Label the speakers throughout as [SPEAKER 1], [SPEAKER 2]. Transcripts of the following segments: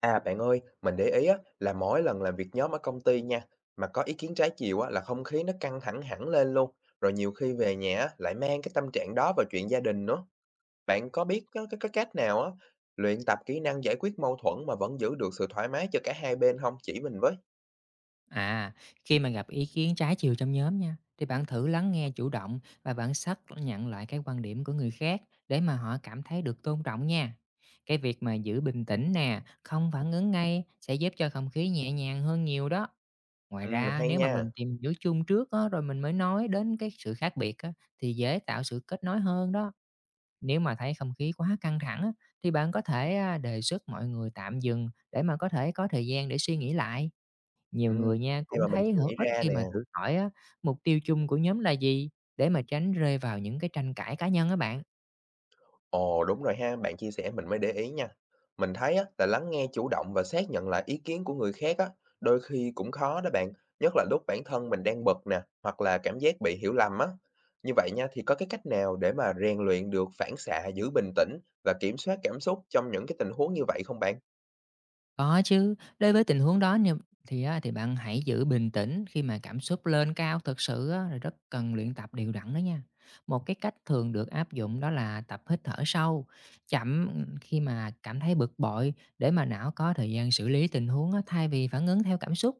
[SPEAKER 1] À, bạn ơi, mình để ý á, là mỗi lần làm việc nhóm ở công ty nha, mà có ý kiến trái chiều á, là không khí nó căng thẳng hẳn lên luôn. Rồi nhiều khi về nhà á, lại mang cái tâm trạng đó vào chuyện gia đình nữa. Bạn có biết có cái cách nào á, luyện tập kỹ năng giải quyết mâu thuẫn mà vẫn giữ được sự thoải mái cho cả hai bên không? Chỉ mình với.
[SPEAKER 2] À, khi mà gặp ý kiến trái chiều trong nhóm nha, thì bạn thử lắng nghe chủ động và bạn xác nhận lại cái quan điểm của người khác để mà họ cảm thấy được tôn trọng nha. Cái việc mà giữ bình tĩnh nè, không phản ứng ngay sẽ giúp cho không khí nhẹ nhàng hơn nhiều đó. Ngoài
[SPEAKER 1] Ừ,
[SPEAKER 2] ra,
[SPEAKER 1] hay
[SPEAKER 2] nếu mà
[SPEAKER 1] nha.
[SPEAKER 2] mình tìm hiểu chung trước á, rồi mình mới nói đến cái sự khác biệt á, thì dễ tạo sự kết nối hơn đó. Nếu mà thấy không khí quá căng thẳng á, thì bạn có thể đề xuất mọi người tạm dừng để mà có thể có thời gian để suy nghĩ lại. Nhiều
[SPEAKER 1] Ừ,
[SPEAKER 2] người nha
[SPEAKER 1] hay
[SPEAKER 2] cũng
[SPEAKER 1] mà mình
[SPEAKER 2] thấy
[SPEAKER 1] chưa
[SPEAKER 2] hữu
[SPEAKER 1] nghĩ
[SPEAKER 2] ích
[SPEAKER 1] ra
[SPEAKER 2] khi
[SPEAKER 1] nè.
[SPEAKER 2] mà thử hỏi á, mục tiêu chung của nhóm là gì để mà tránh rơi vào những cái tranh cãi cá nhân á bạn.
[SPEAKER 1] Ồ, đúng rồi ha, bạn chia sẻ mình mới để ý nha. Mình thấy á, là lắng nghe chủ động và xác nhận lại ý kiến của người khác á, đôi khi cũng khó đó bạn, nhất là lúc bản thân mình đang bực nè, hoặc là cảm giác bị hiểu lầm á. Như vậy nha, thì có cái cách nào để mà rèn luyện được phản xạ giữ bình tĩnh và kiểm soát cảm xúc trong những cái tình huống như vậy không bạn?
[SPEAKER 2] Có chứ, đối với tình huống đó nè, thì bạn hãy giữ bình tĩnh khi mà cảm xúc lên cao thực sự á, là rất cần luyện tập đều đặn đó nha. Một cái cách thường được áp dụng đó là tập hít thở sâu, chậm khi mà cảm thấy bực bội để mà não có thời gian xử lý tình huống á, thay vì phản ứng theo cảm xúc.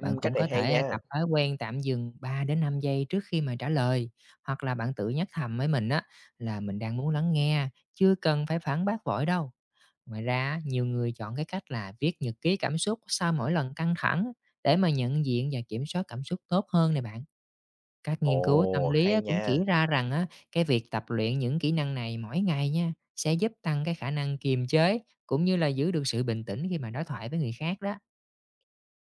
[SPEAKER 2] Bạn
[SPEAKER 1] Cách
[SPEAKER 2] cũng
[SPEAKER 1] này
[SPEAKER 2] có
[SPEAKER 1] hay
[SPEAKER 2] thể
[SPEAKER 1] nha.
[SPEAKER 2] tập thói quen tạm dừng 3 đến 5 giây trước khi mà trả lời, hoặc là bạn tự nhắc thầm với mình á là mình đang muốn lắng nghe, chưa cần phải phản bác vội đâu. Ngoài ra, á, nhiều người chọn cái cách là viết nhật ký cảm xúc sau mỗi lần căng thẳng để mà nhận diện và kiểm soát cảm xúc tốt hơn này bạn. Các nghiên cứu tâm
[SPEAKER 1] Ồ,
[SPEAKER 2] lý á,
[SPEAKER 1] hay
[SPEAKER 2] cũng chỉ
[SPEAKER 1] nha.
[SPEAKER 2] ra rằng á, cái việc tập luyện những kỹ năng này mỗi ngày nha sẽ giúp tăng cái khả năng kiềm chế cũng như là giữ được sự bình tĩnh khi mà đối thoại với người khác đó.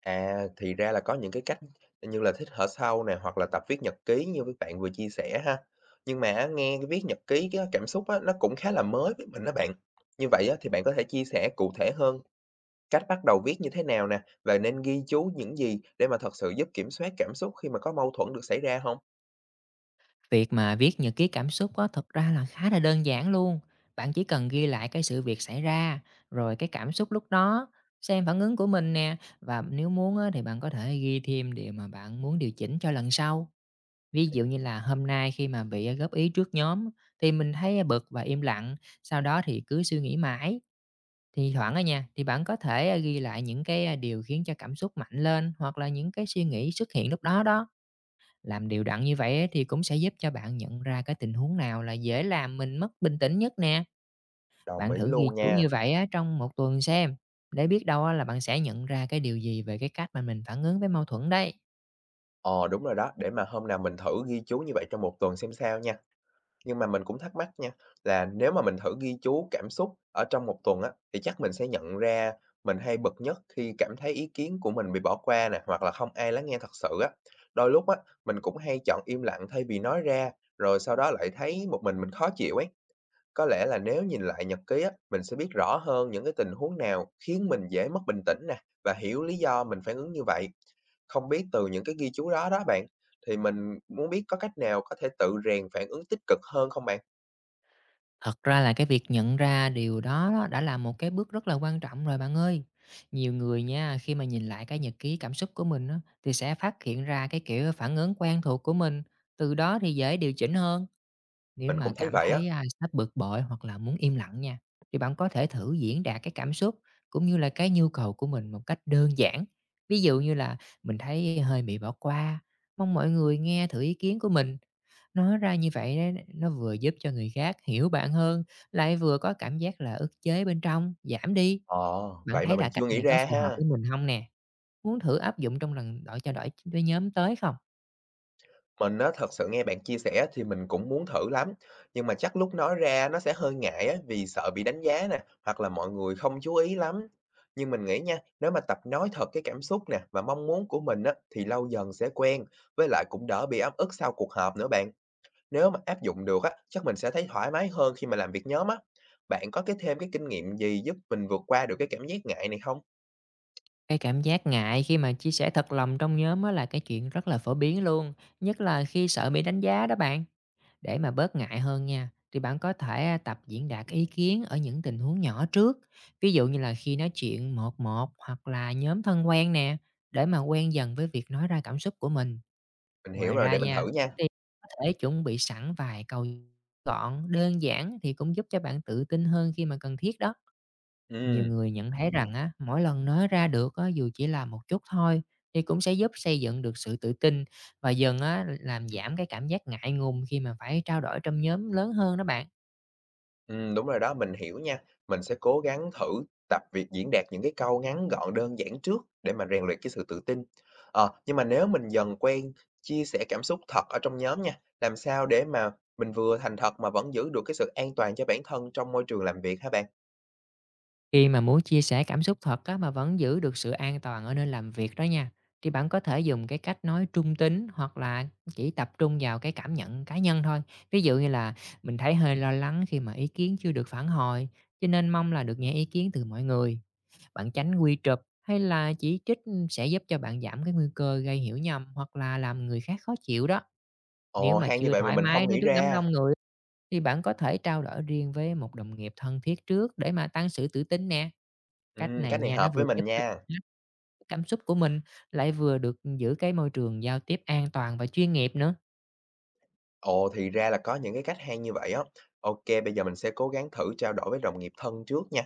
[SPEAKER 1] À, thì ra là có những cái cách như là thích thở sâu nè, hoặc là tập viết nhật ký như với bạn vừa chia sẻ ha. Nhưng mà á, nghe cái viết nhật ký cái cảm xúc á, nó cũng khá là mới với mình đó bạn. Như vậy á, thì bạn có thể chia sẻ cụ thể hơn cách bắt đầu viết như thế nào nè, và nên ghi chú những gì để mà thật sự giúp kiểm soát cảm xúc khi mà có mâu thuẫn được xảy ra không?
[SPEAKER 2] Việc mà viết nhật ký cảm xúc á, thật ra là khá là đơn giản luôn. Bạn chỉ cần ghi lại cái sự việc xảy ra, rồi cái cảm xúc lúc đó, xem phản ứng của mình nè. Và nếu muốn á, thì bạn có thể ghi thêm điều mà bạn muốn điều chỉnh cho lần sau. Ví dụ như là hôm nay khi mà bị góp ý trước nhóm thì mình thấy bực và im lặng, sau đó thì cứ suy nghĩ mãi. Thì thoảng ở nha, thì bạn có thể ghi lại những cái điều khiến cho cảm xúc mạnh lên hoặc là những cái suy nghĩ xuất hiện lúc đó đó. Làm đều đặn như vậy á thì cũng sẽ giúp cho bạn nhận ra cái tình huống nào là dễ làm mình mất bình tĩnh nhất nè.
[SPEAKER 1] Đồng
[SPEAKER 2] Bạn
[SPEAKER 1] ý
[SPEAKER 2] thử ghi
[SPEAKER 1] luôn
[SPEAKER 2] chú
[SPEAKER 1] nha.
[SPEAKER 2] như vậy á trong một tuần xem, để biết đâu á là bạn sẽ nhận ra cái điều gì về cái cách mà mình phản ứng với mâu thuẫn đấy.
[SPEAKER 1] Ờ đúng rồi đó, để mà hôm nào mình thử ghi chú như vậy trong một tuần xem sao nha. Nhưng mà mình cũng thắc mắc nha, là nếu mà mình thử ghi chú cảm xúc ở trong một tuần á, thì chắc mình sẽ nhận ra mình hay bực nhất khi cảm thấy ý kiến của mình bị bỏ qua nè, hoặc là không ai lắng nghe thật sự á. Đôi lúc á, mình cũng hay chọn im lặng thay vì nói ra, rồi sau đó lại thấy một mình khó chịu ấy. Có lẽ là nếu nhìn lại nhật ký á, mình sẽ biết rõ hơn những cái tình huống nào khiến mình dễ mất bình tĩnh nè, và hiểu lý do mình phản ứng như vậy. Không biết từ những cái ghi chú đó đó bạn, thì mình muốn biết có cách nào có thể tự rèn phản ứng tích cực hơn không bạn?
[SPEAKER 2] Thật ra là cái việc nhận ra điều đó đó đã là một cái bước rất là quan trọng rồi bạn ơi. Nhiều người nha, khi mà nhìn lại cái nhật ký cảm xúc của mình á, thì sẽ phát hiện ra cái kiểu phản ứng quen thuộc của mình, từ đó thì dễ điều chỉnh hơn. Nếu
[SPEAKER 1] Mình
[SPEAKER 2] mà
[SPEAKER 1] cũng thấy
[SPEAKER 2] cảm
[SPEAKER 1] vậy á.
[SPEAKER 2] thấy, sắp bực bội hoặc là muốn im lặng nha, thì bạn có thể thử diễn đạt cái cảm xúc cũng như là cái nhu cầu của mình một cách đơn giản. Ví dụ như là "Mình thấy hơi bị bỏ qua, mong mọi người nghe thử ý kiến của mình." Nói ra như vậy á, nó vừa giúp cho người khác hiểu bạn hơn, lại vừa có cảm giác là ức chế bên trong giảm đi.
[SPEAKER 1] Ờ.
[SPEAKER 2] Bạn
[SPEAKER 1] Vậy mà
[SPEAKER 2] thấy
[SPEAKER 1] mình
[SPEAKER 2] là cách
[SPEAKER 1] chưa nghĩ
[SPEAKER 2] này có
[SPEAKER 1] ra
[SPEAKER 2] phù hợp
[SPEAKER 1] ha.
[SPEAKER 2] với mình không nè? Muốn thử áp dụng trong lần đổi với nhóm tới không?
[SPEAKER 1] Mình á, thật sự nghe bạn chia sẻ thì mình cũng muốn thử lắm, nhưng mà chắc lúc nói ra nó sẽ hơi ngại á, vì sợ bị đánh giá nè, hoặc là mọi người không chú ý lắm. Nhưng mình nghĩ nha, nếu mà tập nói thật cái cảm xúc nè và mong muốn của mình á, thì lâu dần sẽ quen, với lại cũng đỡ bị ấm ức sau cuộc họp nữa bạn. Nếu mà áp dụng được á, chắc mình sẽ thấy thoải mái hơn khi mà làm việc nhóm á. Bạn có thêm cái kinh nghiệm gì giúp mình vượt qua được cái cảm giác ngại này không?
[SPEAKER 2] Cái cảm giác ngại khi mà chia sẻ thật lòng trong nhóm á là cái chuyện rất là phổ biến luôn, nhất là khi sợ bị đánh giá đó bạn. Để mà bớt ngại hơn nha, thì bạn có thể tập diễn đạt ý kiến ở những tình huống nhỏ trước. Ví dụ như là khi nói chuyện một một hoặc là nhóm thân quen nè, để mà quen dần với việc nói ra cảm xúc của mình.
[SPEAKER 1] Mình hiểu
[SPEAKER 2] Ngoài
[SPEAKER 1] rồi,
[SPEAKER 2] ra
[SPEAKER 1] để mình
[SPEAKER 2] nha,
[SPEAKER 1] thử nha.
[SPEAKER 2] thì có thể chuẩn bị sẵn vài câu gọn, đơn giản thì cũng giúp cho bạn tự tin hơn khi mà cần thiết đó. Nhiều
[SPEAKER 1] Ừm.
[SPEAKER 2] người nhận thấy rằng á, mỗi lần nói ra được á, dù chỉ là một chút thôi thì cũng sẽ giúp xây dựng được sự tự tin và dần á, làm giảm cái cảm giác ngại ngùng khi mà phải trao đổi trong nhóm lớn hơn đó bạn.
[SPEAKER 1] Đúng rồi đó, mình hiểu nha. Mình sẽ cố gắng thử tập việc diễn đạt những cái câu ngắn gọn, đơn giản trước để mà rèn luyện cái sự tự tin. Ờ, nhưng mà nếu mình dần quen chia sẻ cảm xúc thật ở trong nhóm nha, làm sao để mà mình vừa thành thật mà vẫn giữ được cái sự an toàn cho bản thân trong môi trường làm việc hả bạn?
[SPEAKER 2] Khi mà muốn chia sẻ cảm xúc thật á, mà vẫn giữ được sự an toàn ở nơi làm việc đó nha, thì bạn có thể dùng cái cách nói trung tính hoặc là chỉ tập trung vào cái cảm nhận cá nhân thôi. Ví dụ như là mình thấy hơi lo lắng khi mà ý kiến chưa được phản hồi, cho nên mong là được nghe ý kiến từ mọi người. Bạn tránh quy chụp hay là chỉ trích sẽ giúp cho bạn giảm cái nguy cơ gây hiểu nhầm hoặc là làm người khác khó chịu đó. Nếu
[SPEAKER 1] Ồ,
[SPEAKER 2] mà
[SPEAKER 1] hay như
[SPEAKER 2] chưa
[SPEAKER 1] vậy mà
[SPEAKER 2] thoải
[SPEAKER 1] mình
[SPEAKER 2] mái
[SPEAKER 1] không
[SPEAKER 2] nói
[SPEAKER 1] nghĩ
[SPEAKER 2] trước đám
[SPEAKER 1] ra.
[SPEAKER 2] đông người, thì bạn có thể trao đổi riêng với một đồng nghiệp thân thiết trước để mà tăng sự tự tin nè. Cách này
[SPEAKER 1] Cách này
[SPEAKER 2] nha, nó
[SPEAKER 1] hợp với
[SPEAKER 2] vừa giúp
[SPEAKER 1] mình
[SPEAKER 2] cho bạn
[SPEAKER 1] nha.
[SPEAKER 2] lắng nghe cảm xúc của mình, lại vừa được giữ cái môi trường giao tiếp an toàn và chuyên nghiệp nữa.
[SPEAKER 1] Ồ, thì ra là có những cái cách hay như vậy á. Ok, bây giờ mình sẽ cố gắng thử trao đổi với đồng nghiệp thân trước nha.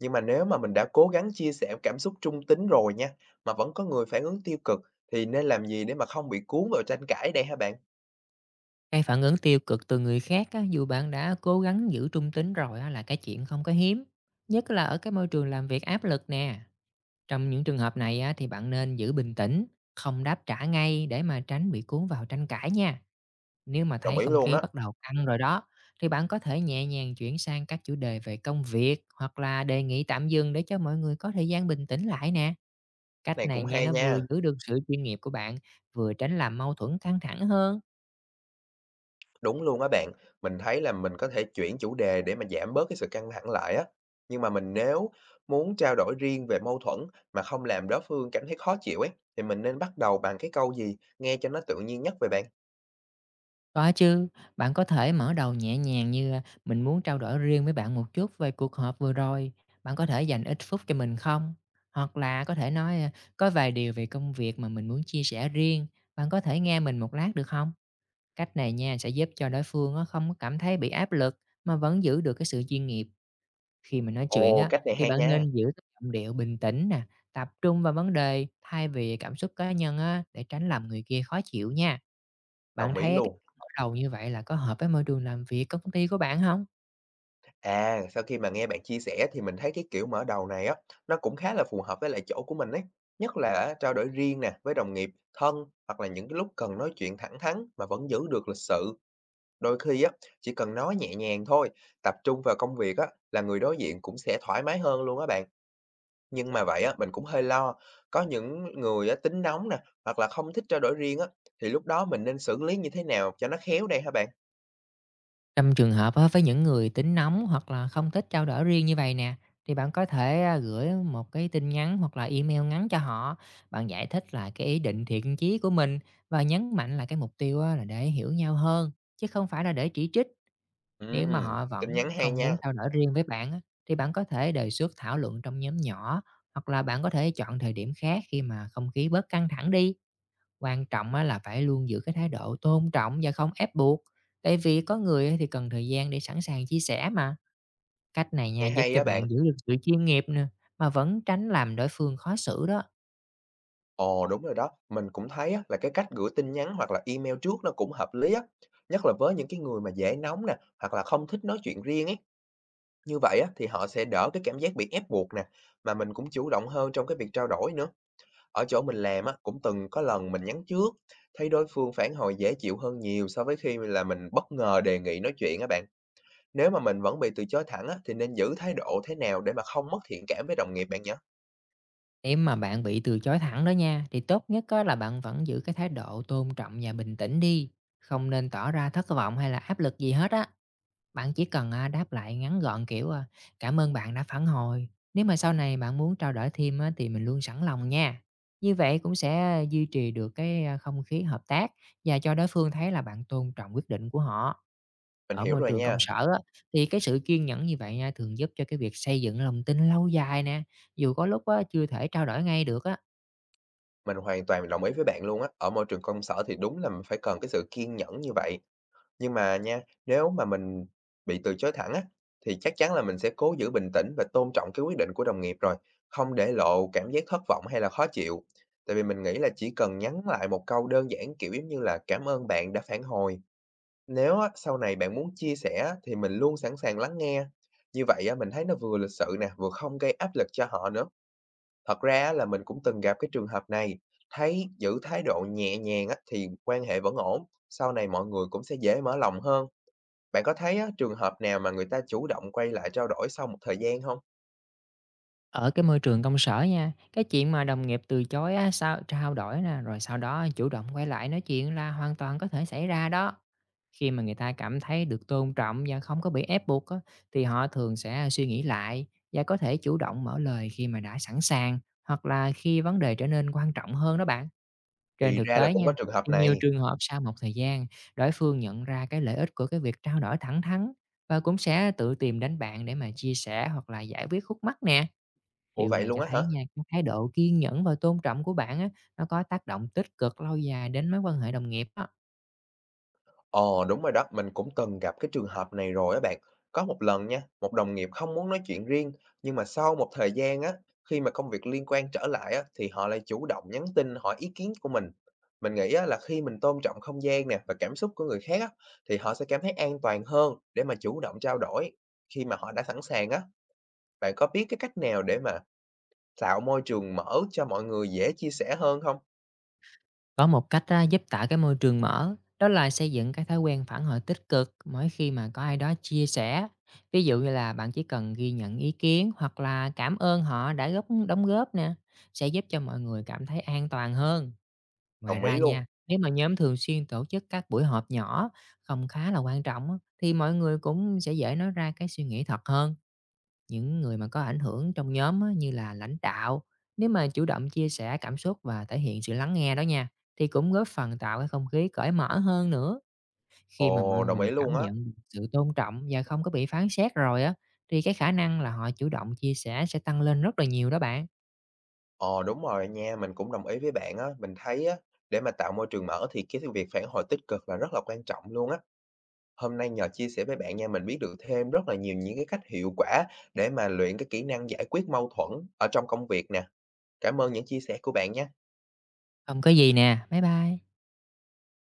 [SPEAKER 1] Nhưng mà nếu mà mình đã cố gắng chia sẻ cảm xúc trung tính rồi nha, mà vẫn có người phản ứng tiêu cực thì nên làm gì để mà không bị cuốn vào tranh cãi đây hả bạn?
[SPEAKER 2] Cái phản ứng tiêu cực từ người khác á, dù bạn đã cố gắng giữ trung tính rồi á, là cái chuyện không có hiếm. Nhất là ở cái môi trường làm việc áp lực nè. Trong những trường hợp này á, thì bạn nên giữ bình tĩnh, không đáp trả ngay để mà tránh bị cuốn vào tranh cãi nha. Nếu mà
[SPEAKER 1] Đồng
[SPEAKER 2] thấy
[SPEAKER 1] ý
[SPEAKER 2] không
[SPEAKER 1] luôn
[SPEAKER 2] khí
[SPEAKER 1] á,
[SPEAKER 2] bắt đầu căng rồi đó, thì bạn có thể nhẹ nhàng chuyển sang các chủ đề về công việc hoặc là đề nghị tạm dừng để cho mọi người có thời gian bình tĩnh lại nè. Cách
[SPEAKER 1] này
[SPEAKER 2] này
[SPEAKER 1] cũng
[SPEAKER 2] nha,
[SPEAKER 1] hay
[SPEAKER 2] nó vừa
[SPEAKER 1] nha.
[SPEAKER 2] giữ được sự chuyên nghiệp của bạn, vừa tránh làm mâu thuẫn căng thẳng hơn.
[SPEAKER 1] Đúng luôn á bạn, mình thấy là mình có thể chuyển chủ đề để mà giảm bớt cái sự căng thẳng lại á. Nhưng mà mình nếu muốn trao đổi riêng về mâu thuẫn mà không làm đối phương cảm thấy khó chịu ấy, thì mình nên bắt đầu bằng cái câu gì nghe cho nó tự nhiên nhất vậy bạn?
[SPEAKER 2] Có chứ, bạn có thể mở đầu nhẹ nhàng như mình muốn trao đổi riêng với bạn một chút về cuộc họp vừa rồi, bạn có thể dành ít phút cho mình không? Hoặc là có thể nói có vài điều về công việc mà mình muốn chia sẻ riêng, bạn có thể nghe mình một lát được không? Cách này nha sẽ giúp cho đối phương á, không có cảm thấy bị áp lực mà vẫn giữ được cái sự chuyên nghiệp. Khi mà nói chuyện
[SPEAKER 1] Ồ,
[SPEAKER 2] á
[SPEAKER 1] cách này
[SPEAKER 2] thì
[SPEAKER 1] hay
[SPEAKER 2] bạn
[SPEAKER 1] nha,
[SPEAKER 2] nên giữ cái giọng điệu bình tĩnh nè, tập trung vào vấn đề thay vì cảm xúc cá nhân á, để tránh làm người kia khó chịu nha. Bạn
[SPEAKER 1] đồng
[SPEAKER 2] thấy
[SPEAKER 1] ý
[SPEAKER 2] cái
[SPEAKER 1] luôn.
[SPEAKER 2] mở đầu như vậy là có hợp với môi trường làm việc công ty của bạn không?
[SPEAKER 1] À, sau khi mà nghe bạn chia sẻ thì mình thấy cái kiểu mở đầu này á, nó cũng khá là phù hợp với lại chỗ của mình ấy. Nhất là á, trao đổi riêng nè, với đồng nghiệp, thân hoặc là những cái lúc cần nói chuyện thẳng thắn mà vẫn giữ được lịch sự. Đôi khi á, chỉ cần nói nhẹ nhàng thôi, tập trung vào công việc á, là người đối diện cũng sẽ thoải mái hơn luôn á bạn. Nhưng mà vậy á, mình cũng hơi lo. Có những người á, tính nóng nè, hoặc là không thích trao đổi riêng á, thì lúc đó mình nên xử lý như thế nào cho nó khéo đây hả bạn?
[SPEAKER 2] Trong trường hợp á, với những người tính nóng hoặc là không thích trao đổi riêng như vậy nè, thì bạn có thể, gửi một cái tin nhắn hoặc là email ngắn cho họ. Bạn giải thích là cái ý định thiện chí của mình và nhấn mạnh là cái mục tiêu á là để hiểu nhau hơn, chứ không phải là để chỉ trích. Nếu mà
[SPEAKER 1] Ừm,
[SPEAKER 2] họ vẫn
[SPEAKER 1] tin nhắn hay
[SPEAKER 2] không muốn
[SPEAKER 1] nha,
[SPEAKER 2] trao đổi riêng với bạn á, thì bạn có thể đề xuất thảo luận trong nhóm nhỏ, hoặc là bạn có thể chọn thời điểm khác khi mà không khí bớt căng thẳng đi. Quan trọng á là phải luôn giữ cái thái độ tôn trọng và không ép buộc, tại vì có người á thì cần thời gian để sẵn sàng chia sẻ mà. Cách này nha,
[SPEAKER 1] nghe
[SPEAKER 2] giúp
[SPEAKER 1] hay
[SPEAKER 2] cho
[SPEAKER 1] á bạn.
[SPEAKER 2] bạn giữ được sự chuyên nghiệp nè, mà vẫn tránh làm đối phương khó xử đó.
[SPEAKER 1] Ồ, đúng rồi đó. Mình cũng thấy á, là cái cách gửi tin nhắn hoặc là email trước nó cũng hợp lý á, nhất là với những cái người mà dễ nóng nè, hoặc là không thích nói chuyện riêng ấy. Như vậy á, thì họ sẽ đỡ cái cảm giác bị ép buộc nè, mà mình cũng chủ động hơn trong cái việc trao đổi nữa. Ở chỗ mình làm á, cũng từng có lần mình nhắn trước, thấy đối phương phản hồi dễ chịu hơn nhiều so với khi là mình bất ngờ đề nghị nói chuyện á bạn. Nếu mà mình vẫn bị từ chối thẳng á, thì nên giữ thái độ thế nào để mà không mất thiện cảm với đồng nghiệp bạn nhỉ?
[SPEAKER 2] Nếu mà bạn bị từ chối thẳng đó nha, thì tốt nhất á là bạn vẫn giữ cái thái độ tôn trọng và bình tĩnh đi, không nên tỏ ra thất vọng hay là áp lực gì hết á. Bạn chỉ cần, đáp lại ngắn gọn, kiểu, "Cảm ơn bạn đã phản hồi, nếu mà sau này bạn muốn trao đổi thêm á, thì mình luôn sẵn lòng nha." Như vậy cũng sẽ duy trì được cái, không khí hợp tác và cho đối phương thấy là bạn tôn trọng quyết định của họ.
[SPEAKER 1] Mình
[SPEAKER 2] Ở
[SPEAKER 1] hiểu
[SPEAKER 2] môi
[SPEAKER 1] rồi
[SPEAKER 2] trường công
[SPEAKER 1] nha.
[SPEAKER 2] sở á, thì cái sự kiên nhẫn như vậy nha, thường giúp cho cái việc xây dựng lòng tin lâu dài nè, dù có lúc á, chưa thể trao đổi ngay được á.
[SPEAKER 1] Mình hoàn toàn đồng ý với bạn luôn á. Ở môi trường công sở thì đúng là mình phải cần cái sự kiên nhẫn như vậy. Nhưng mà nha, nếu mà mình bị từ chối thẳng á, thì chắc chắn là mình sẽ cố giữ bình tĩnh và tôn trọng cái quyết định của đồng nghiệp rồi, không để lộ cảm giác thất vọng hay là khó chịu. Tại vì mình nghĩ là chỉ cần nhắn lại một câu đơn giản kiểu giống như là cảm ơn bạn đã phản hồi. Nếu á, sau này bạn muốn chia sẻ á, thì mình luôn sẵn sàng lắng nghe. Như vậy á, mình thấy nó vừa lịch sự nè, vừa không gây áp lực cho họ nữa. Thật ra á là mình cũng từng gặp cái trường hợp này, thấy giữ thái độ nhẹ nhàng á thì quan hệ vẫn ổn, sau này mọi người cũng sẽ dễ mở lòng hơn. Bạn có thấy á, trường hợp nào mà người ta chủ động quay lại trao đổi sau một thời gian không?
[SPEAKER 2] Ở cái môi trường công sở nha, cái chuyện mà đồng nghiệp từ chối á, sao trao đổi nè, rồi sau đó chủ động quay lại nói chuyện là hoàn toàn có thể xảy ra đó. Khi mà người ta cảm thấy được tôn trọng và không có bị ép buộc á, thì họ thường sẽ suy nghĩ lại và có thể chủ động mở lời khi mà đã sẵn sàng, hoặc là khi vấn đề trở nên quan trọng hơn đó bạn. Trên
[SPEAKER 1] Thì
[SPEAKER 2] thực
[SPEAKER 1] ra là
[SPEAKER 2] tế
[SPEAKER 1] cũng có
[SPEAKER 2] nha,
[SPEAKER 1] trường hợp
[SPEAKER 2] thì nhiều
[SPEAKER 1] này.
[SPEAKER 2] trường hợp sau một thời gian, đối phương nhận ra cái lợi ích của cái việc trao đổi thẳng thắn và cũng sẽ tự tìm đến bạn để mà chia sẻ hoặc là giải quyết khúc mắc nè.
[SPEAKER 1] Ủa
[SPEAKER 2] Điều
[SPEAKER 1] vậy
[SPEAKER 2] này
[SPEAKER 1] luôn
[SPEAKER 2] cho
[SPEAKER 1] á
[SPEAKER 2] thấy
[SPEAKER 1] hả?
[SPEAKER 2] nha, cái thái độ kiên nhẫn và tôn trọng của bạn á, nó có tác động tích cực lâu dài đến mối quan hệ đồng nghiệp đó.
[SPEAKER 1] Ờ, đúng rồi đó, mình cũng từng gặp cái trường hợp này rồi á bạn. Có một lần nha, một đồng nghiệp không muốn nói chuyện riêng, nhưng mà sau một thời gian á, khi mà công việc liên quan trở lại á, thì họ lại chủ động nhắn tin hỏi ý kiến của mình. Mình nghĩ á, là khi mình tôn trọng không gian nè và cảm xúc của người khác á, thì họ sẽ cảm thấy an toàn hơn để mà chủ động trao đổi. Khi mà họ đã sẵn sàng á, bạn có biết cái cách nào để mà tạo môi trường mở cho mọi người dễ chia sẻ hơn không?
[SPEAKER 2] Có một cách á, giúp tạo cái môi trường mở, đó là xây dựng cái thói quen phản hồi tích cực mỗi khi mà có ai đó chia sẻ. Ví dụ như là bạn chỉ cần ghi nhận ý kiến hoặc là cảm ơn họ đã đóng góp nè, sẽ giúp cho mọi người cảm thấy an toàn hơn. Ngoài
[SPEAKER 1] Đồng ý
[SPEAKER 2] ra
[SPEAKER 1] luôn.
[SPEAKER 2] nha, nếu mà nhóm thường xuyên tổ chức các buổi họp nhỏ không khá là quan trọng á, thì mọi người cũng sẽ dễ nói ra cái suy nghĩ thật hơn. Những người mà có ảnh hưởng trong nhóm á, như là lãnh đạo, nếu mà chủ động chia sẻ cảm xúc và thể hiện sự lắng nghe đó nha, thì cũng góp phần tạo cái không khí cởi mở hơn nữa. Khi mà mọi
[SPEAKER 1] Ồ, đồng
[SPEAKER 2] người
[SPEAKER 1] ý
[SPEAKER 2] cảm
[SPEAKER 1] luôn á.
[SPEAKER 2] nhận được sự tôn trọng và không có bị phán xét rồi á, thì cái khả năng là họ chủ động chia sẻ sẽ tăng lên rất là nhiều đó bạn.
[SPEAKER 1] Ờ, đúng rồi nha, mình cũng đồng ý với bạn á. Mình thấy á, để mà tạo môi trường mở thì cái việc phản hồi tích cực là rất là quan trọng luôn á. Hôm nay nhờ chia sẻ với bạn nha, mình biết được thêm rất là nhiều những cái cách hiệu quả để mà luyện cái kỹ năng giải quyết mâu thuẫn ở trong công việc nè. Cảm ơn những chia sẻ của bạn nha.
[SPEAKER 2] Không có gì nè, bye bye.